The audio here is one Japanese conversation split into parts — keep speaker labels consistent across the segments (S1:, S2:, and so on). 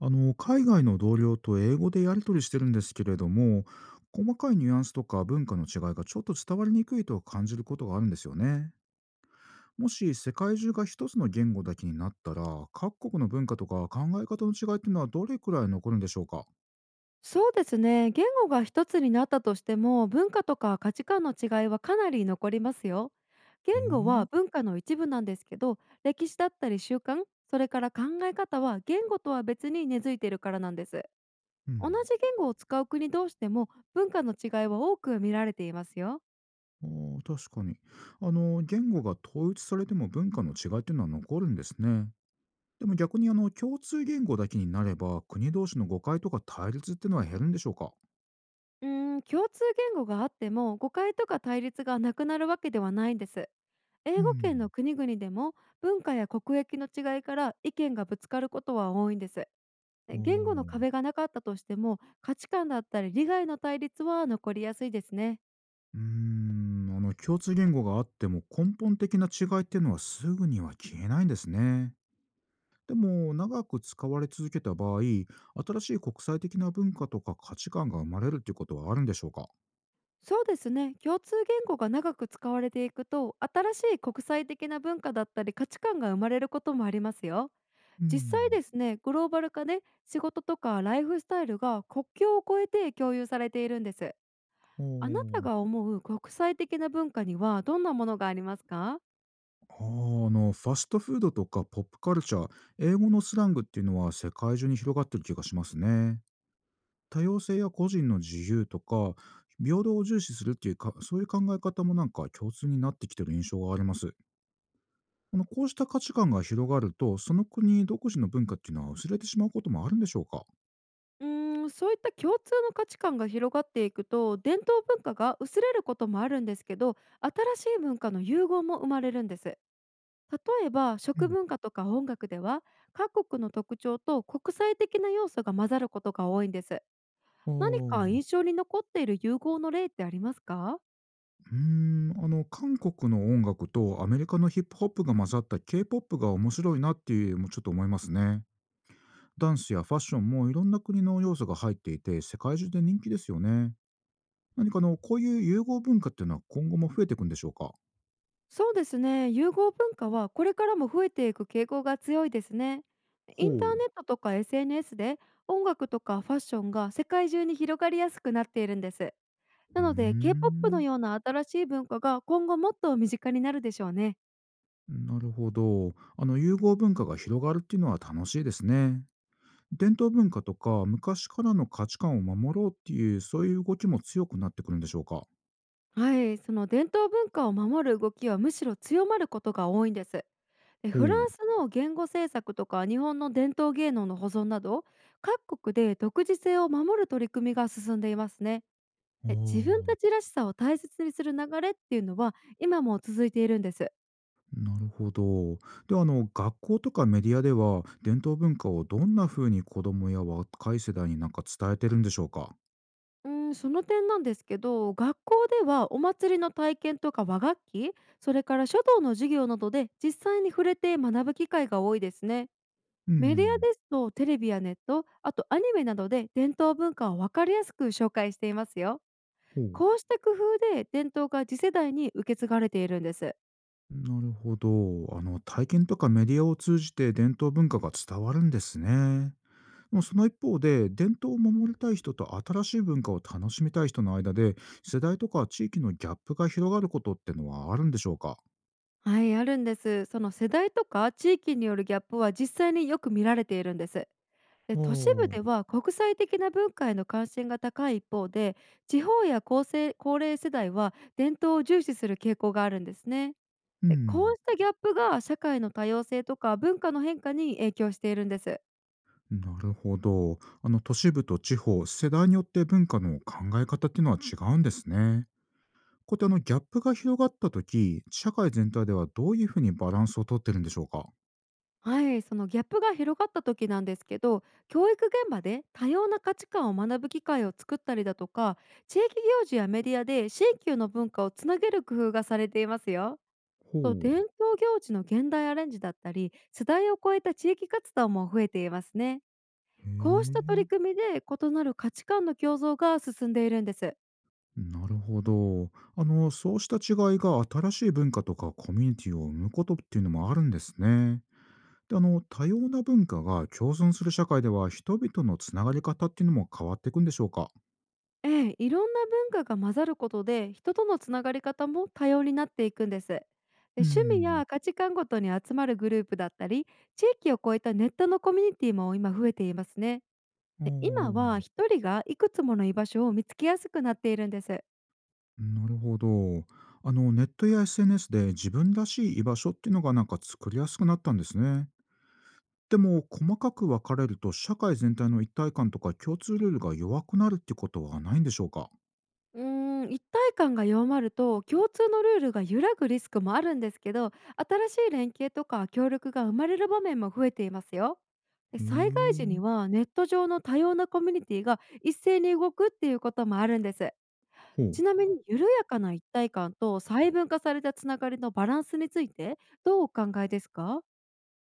S1: 海外の同僚と英語でやり取りしてるんですけれども、細かいニュアンスとか文化の違いがちょっと伝わりにくいと感じることがあるんですよね。もし世界中が一つの言語だけになったら、各国の文化とか考え方の違いっていうのはどれくらい残るんでしょうか？
S2: そうですね。言語が一つになったとしても、文化とか価値観の違いはかなり残りますよ。言
S1: へ
S2: 語は
S1: え。
S2: 文化の一部なんですけど、歴史だったり習慣、それから考え方は言語とは別に根付いているからなんです。
S1: う
S2: 同
S1: ん。
S2: じ言語を使う国同士でも文化の違いは多く見られていますよ。
S1: あー、確かに。言語が統一されても文化の違いっていうのは残るんですね。でも逆に共通言語だけになれば、国同士の誤解とか対立っていうのは減るんでしょうか？
S2: 共通言語があっても誤解とか対立がなくなるわけではないんです。
S1: う
S2: 英語圏の
S1: ん。
S2: 国々でも文化や国益の違いから意見がぶつかることは多いんです。
S1: お
S2: 言語の
S1: ー。
S2: 壁がなかったとしても、価値観だったり利害の対立は残りやすいですね。
S1: 共通言語があっても根本的な違いっていうのはすぐには消えないんですね。でも長く使われ続けた場合、新しい国際的な文化とか価値観が生まれるっていうことはあるんでしょうか？
S2: そうですね。共通言語が長く使われていくと、新しい国際的な文化だったり価値観が生まれることもありますよ。
S1: う
S2: 実際
S1: ん。
S2: ですね、グローバル化で仕事とかライフスタイルが国境を越えて共有されているんです。
S1: お
S2: あなた
S1: ー。
S2: が思う国際的な文化にはどんなものがありますか？
S1: あー、あのファストフードとかポップカルチャー、英語のスラングっていうのは世界中に広がってる気がしますね。多様性や個人の自由とか平等を重視するっていうか、そういう考え方もなんか共通になってきてる印象があります。あの、こうした価値観が広がると、その国独自の文化っていうのは薄れてしまうこともあるんでしょうか？
S2: そういった共通の価値観が広がっていくと、伝統文化が薄れることもあるんですけど、新しい文化の融合も生まれるんです。例えば食文化とか音楽では、各国の特徴と国際的な要素が混ざることが多いんです。
S1: うん、
S2: 何
S1: おお。
S2: か印象に残っている融合の例ってありますか？
S1: 韓国の音楽とアメリカのヒップホップが混ざった K-POP が面白いなっていうもちょっと思いますね。ダンスやファッションもいろんな国の要素が入っていて、世界中で人気ですよね。何かあの、こういう融合文化っていうのは今後も増えていくんでしょうか？
S2: そうですね、融合文化はこれからも増えていく傾向が強いですね。インター
S1: ほう。
S2: ネットとか SNS で音楽とかファッションが世界中に広がりやすくなっているんです。
S1: う
S2: な
S1: ー
S2: ので、K-POP の
S1: ん、
S2: ような新しい文化が今後もっと身近になるでしょうね。
S1: なるほど。あの、融合文化が広がるっていうのは楽しいですね。伝統文化とか昔からの価値観を守ろうっていう、そういう動きも強くなってくるんでしょうか？
S2: はい、その伝統文化を守る動きはむしろ強まることが多いんです。で
S1: ほ
S2: フラ
S1: う。
S2: ンスの言語政策とか日本の伝統芸能の保存など、各国で独自性を守る取り組みが進んでいますね。
S1: あ
S2: で自分た
S1: あ。
S2: ちらしさを大切にする流れっていうのは今も続いているんです。
S1: なるほど。では、学校とかメディアでは、伝統文化をどんな風に子供や若い世代になんか伝えてるんでしょうか？
S2: うん、その点なんですけど、学校ではお祭りの体験とか和楽器、それから書道の授業などで実際に触れて学ぶ機会が多いですね。
S1: う
S2: メディア
S1: ん。
S2: ですとテレビやネット、あとアニメなどで伝統文化を分かりやすく紹介していますよ。
S1: ほう。
S2: こうした工夫で伝統が次世代に受け継がれているんです。
S1: なるほど。あの、体験とかメディアを通じて伝統文化が伝わるんですね。もうその一方で、伝統を守りたい人と新しい文化を楽しみたい人の間で、世代とか地域のギャップが広がることってのはあるんでしょうか？
S2: はい、あるんです。その世代とか地域によるギャップは実際によく見られているんです。で
S1: お
S2: 都市部
S1: ー。
S2: では国際的な文化への関心が高い一方で、地方や高生高齢世代は伝統を重視する傾向があるんですね。
S1: う
S2: でこ
S1: ん、
S2: うしたギャップが社会の多様性とか文化の変化に影響しているんです。
S1: なるほど。あの、都市部と地方、世代によって文化の考え方っていうのは違うんですね。こうやって、ギャップが広がったとき、社会全体ではどういうふうにバランスをとってるんでしょうか？
S2: はい、そのギャップが広がった時なんですけど、教育現場で多様な価値観を学ぶ機会を作ったりだとか、地域行事やメディアで新旧の文化をつなげる工夫がされていますよ。
S1: ほ
S2: と、伝
S1: う。
S2: 統行事の現代アレンジだったり、世代を超えた地域活動も増えていますね。
S1: へ
S2: こうした取り
S1: え。
S2: 組みで異なる価値観の共存が進んでいるんです。
S1: なるほど。あの、そうした違いが新しい文化とかコミュニティを生むことっていうのもあるんですね。で、あの、多様な文化が共存する社会では、人々のつながり方っていうのも変わっていくんでしょうか？
S2: ええ、いろんな文化が混ざることで人とのつながり方も多様になっていくんです。で
S1: う
S2: 趣味
S1: ん。
S2: や価値観ごとに集まるグループだったり、地域を超えたネットのコミュニティも今増えていますね。
S1: お
S2: で今は
S1: ー。
S2: 一人がいくつもの居場所を見つけやすくなっているんです。
S1: なるほど。あの、ネットや SNS で自分らしい居場所っていうのがなんか作りやすくなったんですね。でも、細かく分かれると、社会全体の一体感とか共通ルールが弱くなるってことはないんでしょうか？
S2: 一体感が弱まると共通のルールが揺らぐリスクもあるんですけど、新しい連携とか協力が生まれる場面も増えていますよ。で
S1: へ
S2: 災害時
S1: え。
S2: にはネット上の多様なコミュニティが一斉に動くっていうこともあるんです。
S1: ほう。
S2: ちなみに緩やかな一体感と細分化されたつながりのバランスについてどうお考えですか？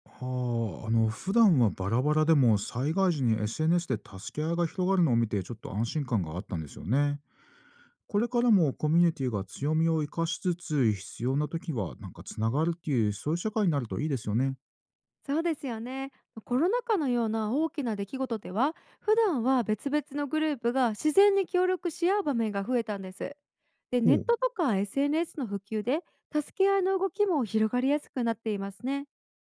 S1: はあ、あの普段はバラバラでも災害時に SNS で助け合いが広がるのを見て、ちょっと安心感があったんですよね。これからもコミュニティが強みを生かしつつ、必要な時はなんかつながるっていう、そういう社会になるといいですよね。
S2: そうですよね。コロナ禍のような大きな出来事では、普段は別々のグループが自然に協力し合う場面が増えたんです。で、
S1: ほ
S2: ネッ
S1: う。
S2: トとか SNS の普及で、助け合いの動きも広がりやすくなっていますね。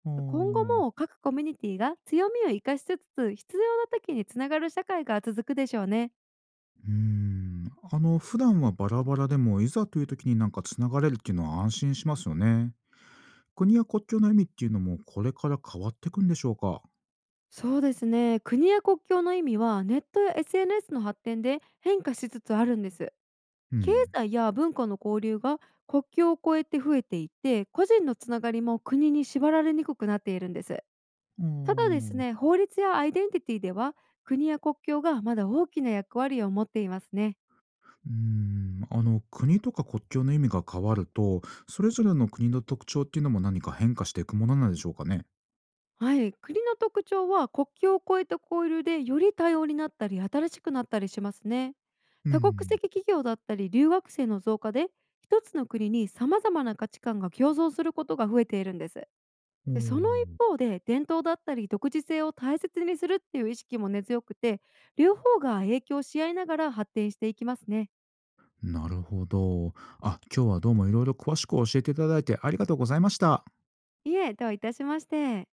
S1: あ
S2: 今後
S1: ー。
S2: も各コミュニティが強みを生かしつつ、必要な時につながる社会が続くでしょうね。
S1: うーん。あの普段はバラバラでも、いざという時になんかつながれるっていうのは安心しますよね。国や国境の意味っていうのも、これから変わっていくんでしょうか。
S2: そうですね。国や国境の意味は、ネットや SNS の発展で変化しつつあるんです。
S1: う
S2: 経
S1: ん。
S2: 済や文化の交流が国境を越えて増えていて、個人のつながりも国に縛られにくくなっているんです。
S1: あ
S2: ただですね、
S1: あ。
S2: 法律やアイデンティティでは国や国境がまだ大きな役割を持っていますね。
S1: 国とか国境の意味が変わると、それぞれの国の特徴っていうのも何か変化していくものなんでしょうかね？
S2: はい、国の特徴は国境を越えた交流でより多様になったり新しくなったりしますね。
S1: う
S2: 多国
S1: ん。
S2: 籍企業だったり留学生の増加で、一つの国に様々な価値観が共存することが増えているんです。
S1: お
S2: で、その一
S1: ー。
S2: 方で、伝統だったり独自性を大切にするっていう意識も根強くて、両方が影響し合いながら発展していきますね。
S1: なるほど。あ、今日はどうもいろいろ詳しく教えていただいてありがとうございました。
S2: いえ、どういたしまして。